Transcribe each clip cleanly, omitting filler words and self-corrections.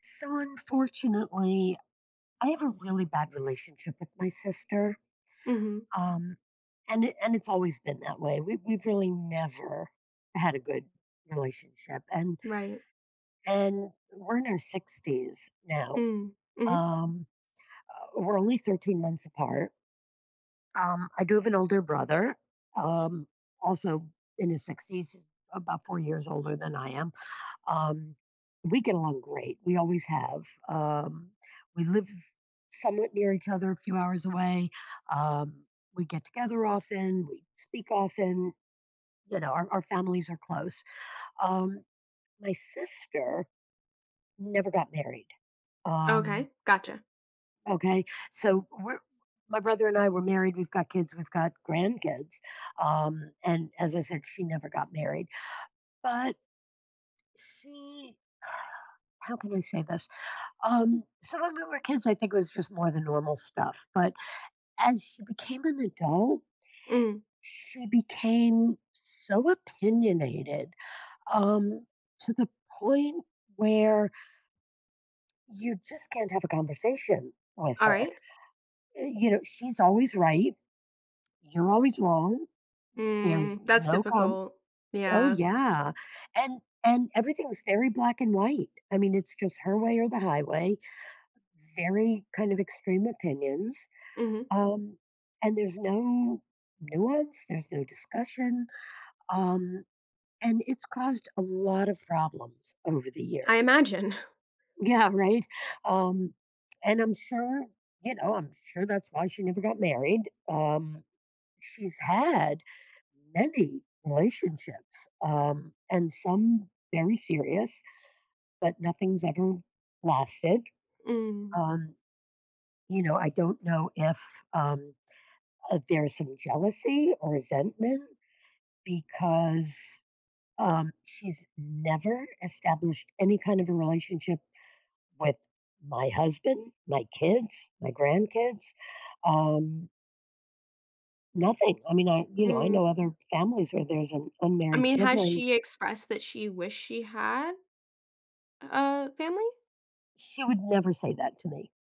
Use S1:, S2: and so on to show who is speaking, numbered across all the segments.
S1: So unfortunately, I have a really bad relationship with my sister,
S2: Mhm.
S1: um, and it's always been that way. We've really never had a good relationship, and
S2: Right.
S1: and we're in our 60s now.
S2: Mm. Mhm.
S1: Um, we're only 13 months apart. I do have an older brother, um, also in his 60s, he's about 4 years older than I am. Um, we get along great. We always have. We live somewhat near each other, a few hours away. Um, we get together often. We speak often. Our families are close. Um, my sister never got married. Um,
S2: Okay, gotcha.
S1: okay. So my brother and I were married. We've got kids. We've got grandkids. And as I said, she never got married. But she, how can I say this? So when we were kids, I think it was just more the normal stuff. But as she became an adult,
S2: Mm.
S1: she became so opinionated um, to the point where you just can't have a conversation with her.
S2: Alright.
S1: She's always right. You're always wrong. There's
S2: Mm, that's
S1: no com.
S2: difficult.
S1: Oh
S2: Yeah.
S1: yeah, and everything's very black and white. I mean, it's just her way or the highway. Very kind of extreme opinions.
S2: Mhm.
S1: Um, and there's no nuance, there's no discussion. Um, and it's caused a lot of problems over the
S2: I
S1: years.
S2: imagine.
S1: Yeah, right. Um, and I'm sure that's why she never got married. Um, she's had many relationships, and some very serious, but nothing's ever lasted.
S2: Mm.
S1: Um, I don't know if um, there's some jealousy or resentment because, she's never established any kind of a relationship with my husband, my kids, my grandkids, um, nothing. I mean, I
S2: Mm.
S1: know other families where there's an
S2: I
S1: unmarried
S2: mean, has
S1: sibling.
S2: she expressed that she wished she had a family?
S1: She would never say that to me.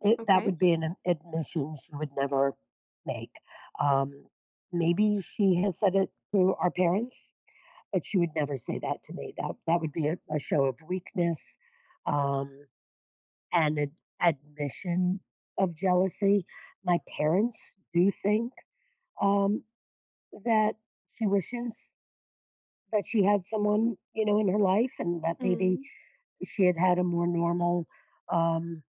S1: That
S2: Okay.
S1: would be an admission she would never make. Um, Maybe she has said it to our parents, but she would never say that to me. That would be a show of weakness. Um, an admission of jealousy. My parents do think um, that she wishes that she had someone, in her life, and that maybe
S2: Mm.
S1: she had had a more normal um,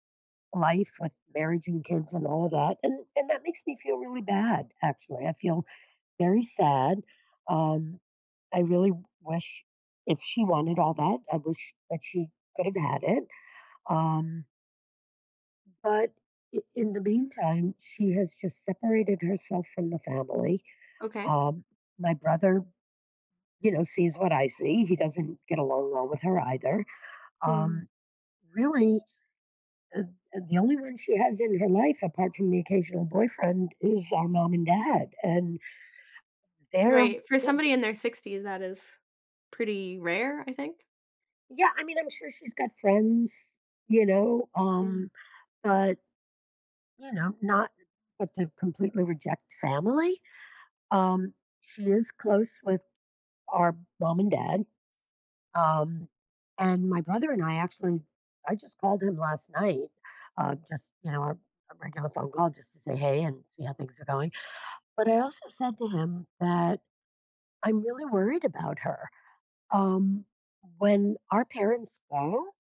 S1: life with marriage and kids and all of that. And that makes me feel really bad. Actually, I feel very sad. Um, I really wish if she wanted all that, I wish that she could have had it. Um, But in the meantime, she has just separated herself from the family.
S2: Okay.
S1: Um, my brother, sees what I see. He doesn't get along well with her either.
S2: Mm.
S1: Um, Really, uh, the only one she has in her life, apart from the occasional boyfriend, is our mom and dad. They're,
S2: Right, for
S1: yeah,
S2: somebody in their 60s, that is pretty rare, I think.
S1: yeah, I mean, I'm sure she's got friends, you know,
S2: Mm.
S1: um, but, not, but to completely reject family. Um, she is close with our mom and dad. Um, and my brother and I actually, I just called him last night, just, a regular phone call just to say hey and see how things are going. But I also said to him that I'm really worried about her. Um, when our parents go,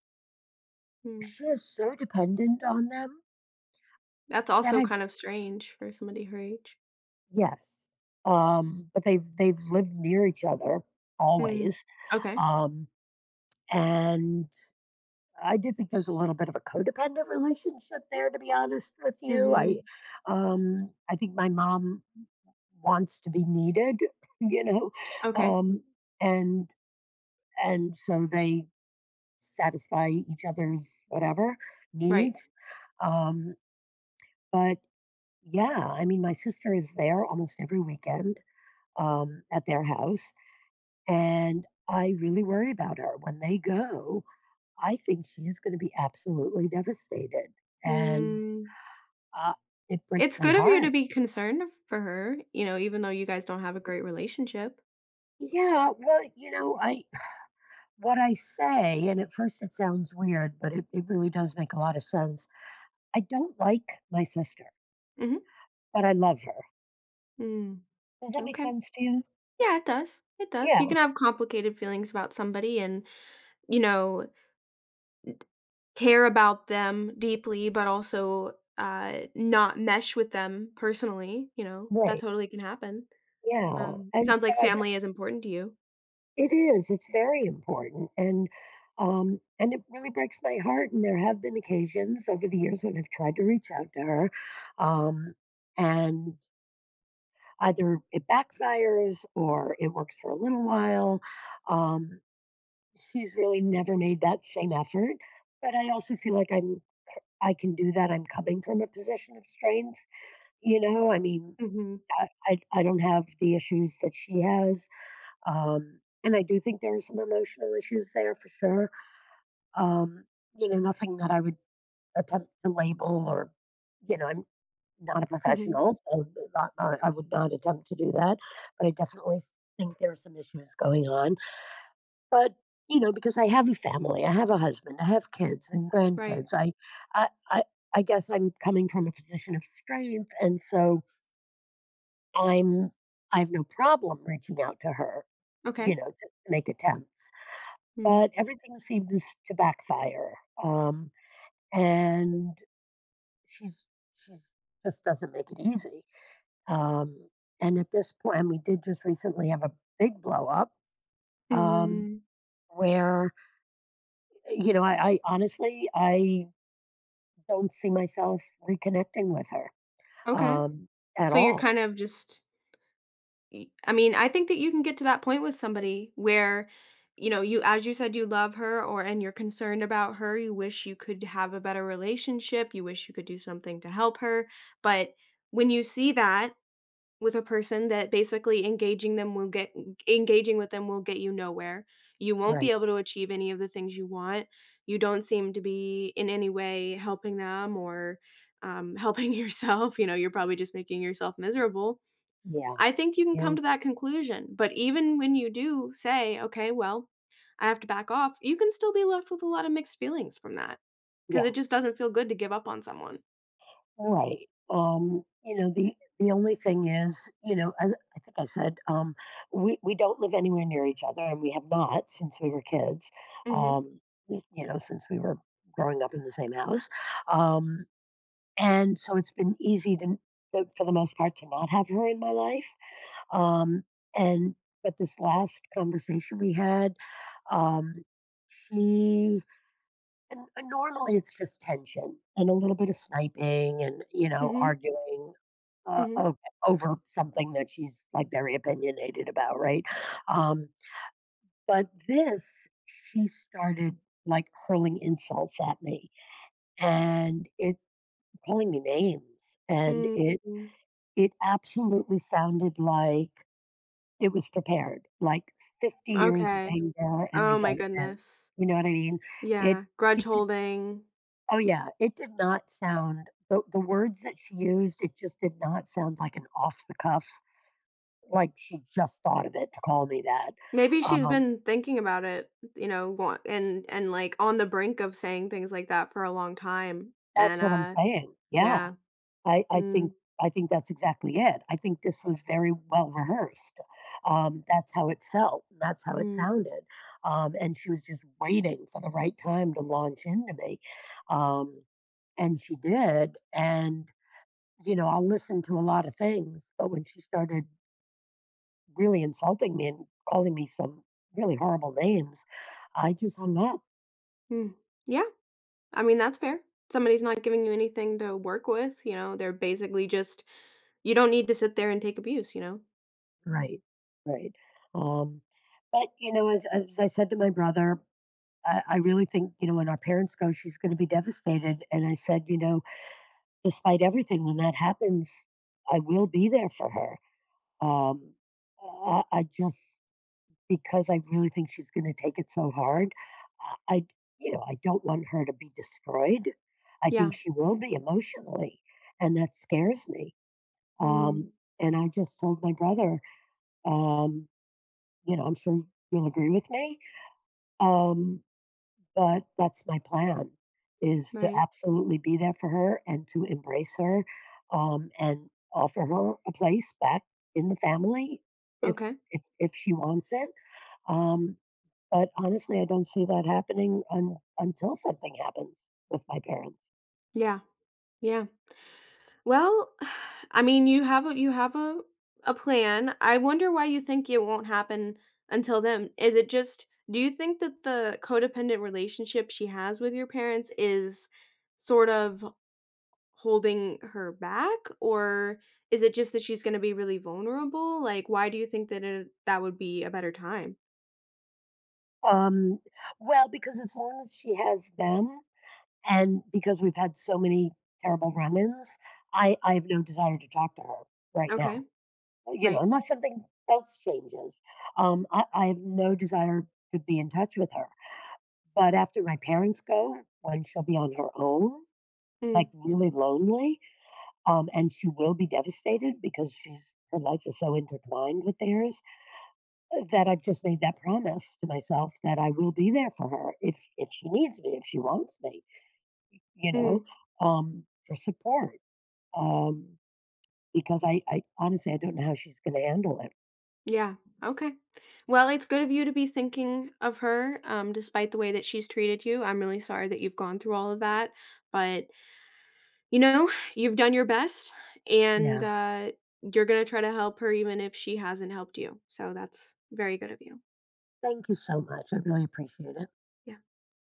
S2: Mm.
S1: she is so dependent on them
S2: That's
S1: that
S2: also
S1: I,
S2: kind of strange for somebody her age.
S1: yes. But they've lived near each other
S2: Mm.
S1: always.
S2: Okay.
S1: Um, and I do think there's a little bit of a codependent relationship there, to be honest with you. I,
S2: Mhm.
S1: um, I think my mom wants to be needed, you know,
S2: Okay.
S1: um, and and so they satisfy each other's whatever
S2: Right.
S1: needs. Um, but yeah, I mean, my sister is there almost every weekend at their house, and I really worry about her when they go. I think she's going to be absolutely devastated and
S2: Mm.
S1: Uh, it breaks
S2: It's
S1: my
S2: good of you to
S1: heart.
S2: be concerned for her, you know, even though you guys don't have a great relationship.
S1: Yeah, well, you know, I what I say, and at first it sounds weird, but it really does make a lot of sense. I don't like my sister,
S2: Mhm.
S1: but I love her.
S2: Mm,
S1: Does that make
S2: okay.
S1: sense to you?
S2: Yeah, it does. It does. You
S1: Yeah,
S2: can have complicated feelings about somebody you know, care about them deeply, but also, not mesh with them personally, you know, that
S1: right.
S2: totally can happen.
S1: Yeah, and
S2: Sounds
S1: so
S2: like family is important to you.
S1: it is. It's very important, and it really breaks my heart. And there have been occasions over the years when I've tried to reach out to her, um, and either it backfires or it works for a little while. Um, she's really never made that same effort, but I also feel like I can do that. I'm coming from a position of strength. I mean,
S2: Mhm,
S1: I don't have the issues that she has, and I do think there are some emotional issues there for sure. Um, Nothing that I would attempt to label or, I'm not a
S2: mhm,
S1: professional, so not I would not attempt to do that, but I definitely s think there are some issues going on, but, because I have a family, I have a husband, I have kids and
S2: right.
S1: grandkids, I I I guess I'm coming from a position of strength, and so I'm I have no problem reaching out to her,
S2: Okay.
S1: to make attempts,
S2: Mm,
S1: but everything seems to backfire, um, and she's she's just doesn't make it easy. Um, and at this point, and we did just recently have a big blow up um,
S2: mhm,
S1: where, I honestly, I don't see myself reconnecting with her
S2: okay.
S1: um, at
S2: So you're
S1: all.
S2: kind of just Y I mean, I think that you can get to that point with somebody where, you know, you as you said, you love her or and you're concerned about her, you wish you could have a better relationship, you wish you could do something to help her, but when you see that with a person that basically engaging them will get engaging with them will get you nowhere, you won't be
S1: Right.
S2: able to achieve any of the things you want, you don't seem to be in any way helping them or, helping yourself, you know, you're probably just making yourself miserable.
S1: Yeah.
S2: I think you can come
S1: Yeah.
S2: to that conclusion, but even when you do say, "Okay, well, I have to back off," you can still be left with a lot of mixed feelings from that because it
S1: Yes.
S2: just doesn't feel good to give up on someone.
S1: Right. The only thing is, as I think I said, we don't live anywhere near each other and we have not since we were kids,
S2: Mhm,
S1: um, since we were growing up in the same house. Um, And so it's been easy for the most part to not have her in my life. Um and But this last conversation we had, um she and normally it's just tension and a little bit of sniping and
S2: mhm,
S1: arguing uh,
S2: mhm,
S1: o- over something that she's like very opinionated about right um but this she started like hurling insults at me and it calling me names and
S2: mm,
S1: it
S2: mm,
S1: It absolutely sounded like it was prepared, like 50 years of
S2: okay.
S1: anger and
S2: Oh my
S1: resentment,
S2: goodness.
S1: you know what I mean? It
S2: Yeah, grudge
S1: it did.
S2: holding.
S1: Oh, yeah, it did not sound. The words that she used, it just did not sound like an off the cuff, like she just thought of it to call me that.
S2: Maybe she's
S1: Um,
S2: been thinking about it, you know, wa and like, on the brink of saying things like that for a long time,
S1: that's
S2: and,
S1: what I'm
S2: uh,
S1: saying, yeah.
S2: yeah.
S1: I I think
S2: Mm,
S1: I think that's exactly it. I think this was very well rehearsed. That's how it felt. That's how it
S2: mm,
S1: sounded. And she was just waiting for the right time to launch into me. Um, and she did. And, I'll listen to a lot of things, but when she started really insulting me and calling me some really horrible names, I just hung up.
S2: mm. Yeah. I mean, that's fair. Somebody's not giving you anything to work with, you know, they're basically just you don't need to sit there and take abuse, you know?
S1: Right. Right. Um, but, as I said to my brother, I really think, when our parents go, she's going to be devastated. And I said, despite everything, when that happens, I will be there for her. Um, I, I just, because I really think she's going to take it so hard, I, I- I don't want her to be destroyed. I think
S2: Yeah.
S1: she will be emotionally, and that scares me.
S2: Mm,
S1: Um, and I just told my brother, um, I'm sure you'll agree with me. Um, But that's my plan, is to
S2: right.
S1: absolutely be there for her and to embrace her, and offer her a place back in the family if
S2: Okay.
S1: if she wants it. Um, but honestly, I don't see that happening until something happens with my parents.
S2: Yeah. Yeah. Well, I mean, you have a plan. I wonder why you think it won't happen until then. Is it just do you think that the codependent relationship she has with your parents is sort of holding her back, or is it just that she's going to be really vulnerable? Like, why do you think that that would be a better time?
S1: Um, well, because as long as she has them, and because we've had so many terrible run-ins, I have no desire to talk to her right
S2: Okay.
S1: now.
S2: Right.
S1: Unless something else changes. I have no desire to be in touch with her. But after my parents go, when she'll be on her own, like
S2: Mm,
S1: really lonely, and she will be devastated because she's her life is so intertwined with theirs that I've just made that promise to myself that I will be there for her if she needs me, if she wants me, you know,
S2: mm,
S1: for support. Um, because I honestly I don't know how she's going to handle it.
S2: yeah. Okay. Well, it's good of you to be thinking of her, despite the way that she's treated you. I'm really sorry that you've gone through all of that, but you know, you've done your best, and
S1: Yeah.
S2: you're gonna try to help her even if she hasn't helped you. So that's very good of you.
S1: Thank you so much. I really appreciate it.
S2: Yeah.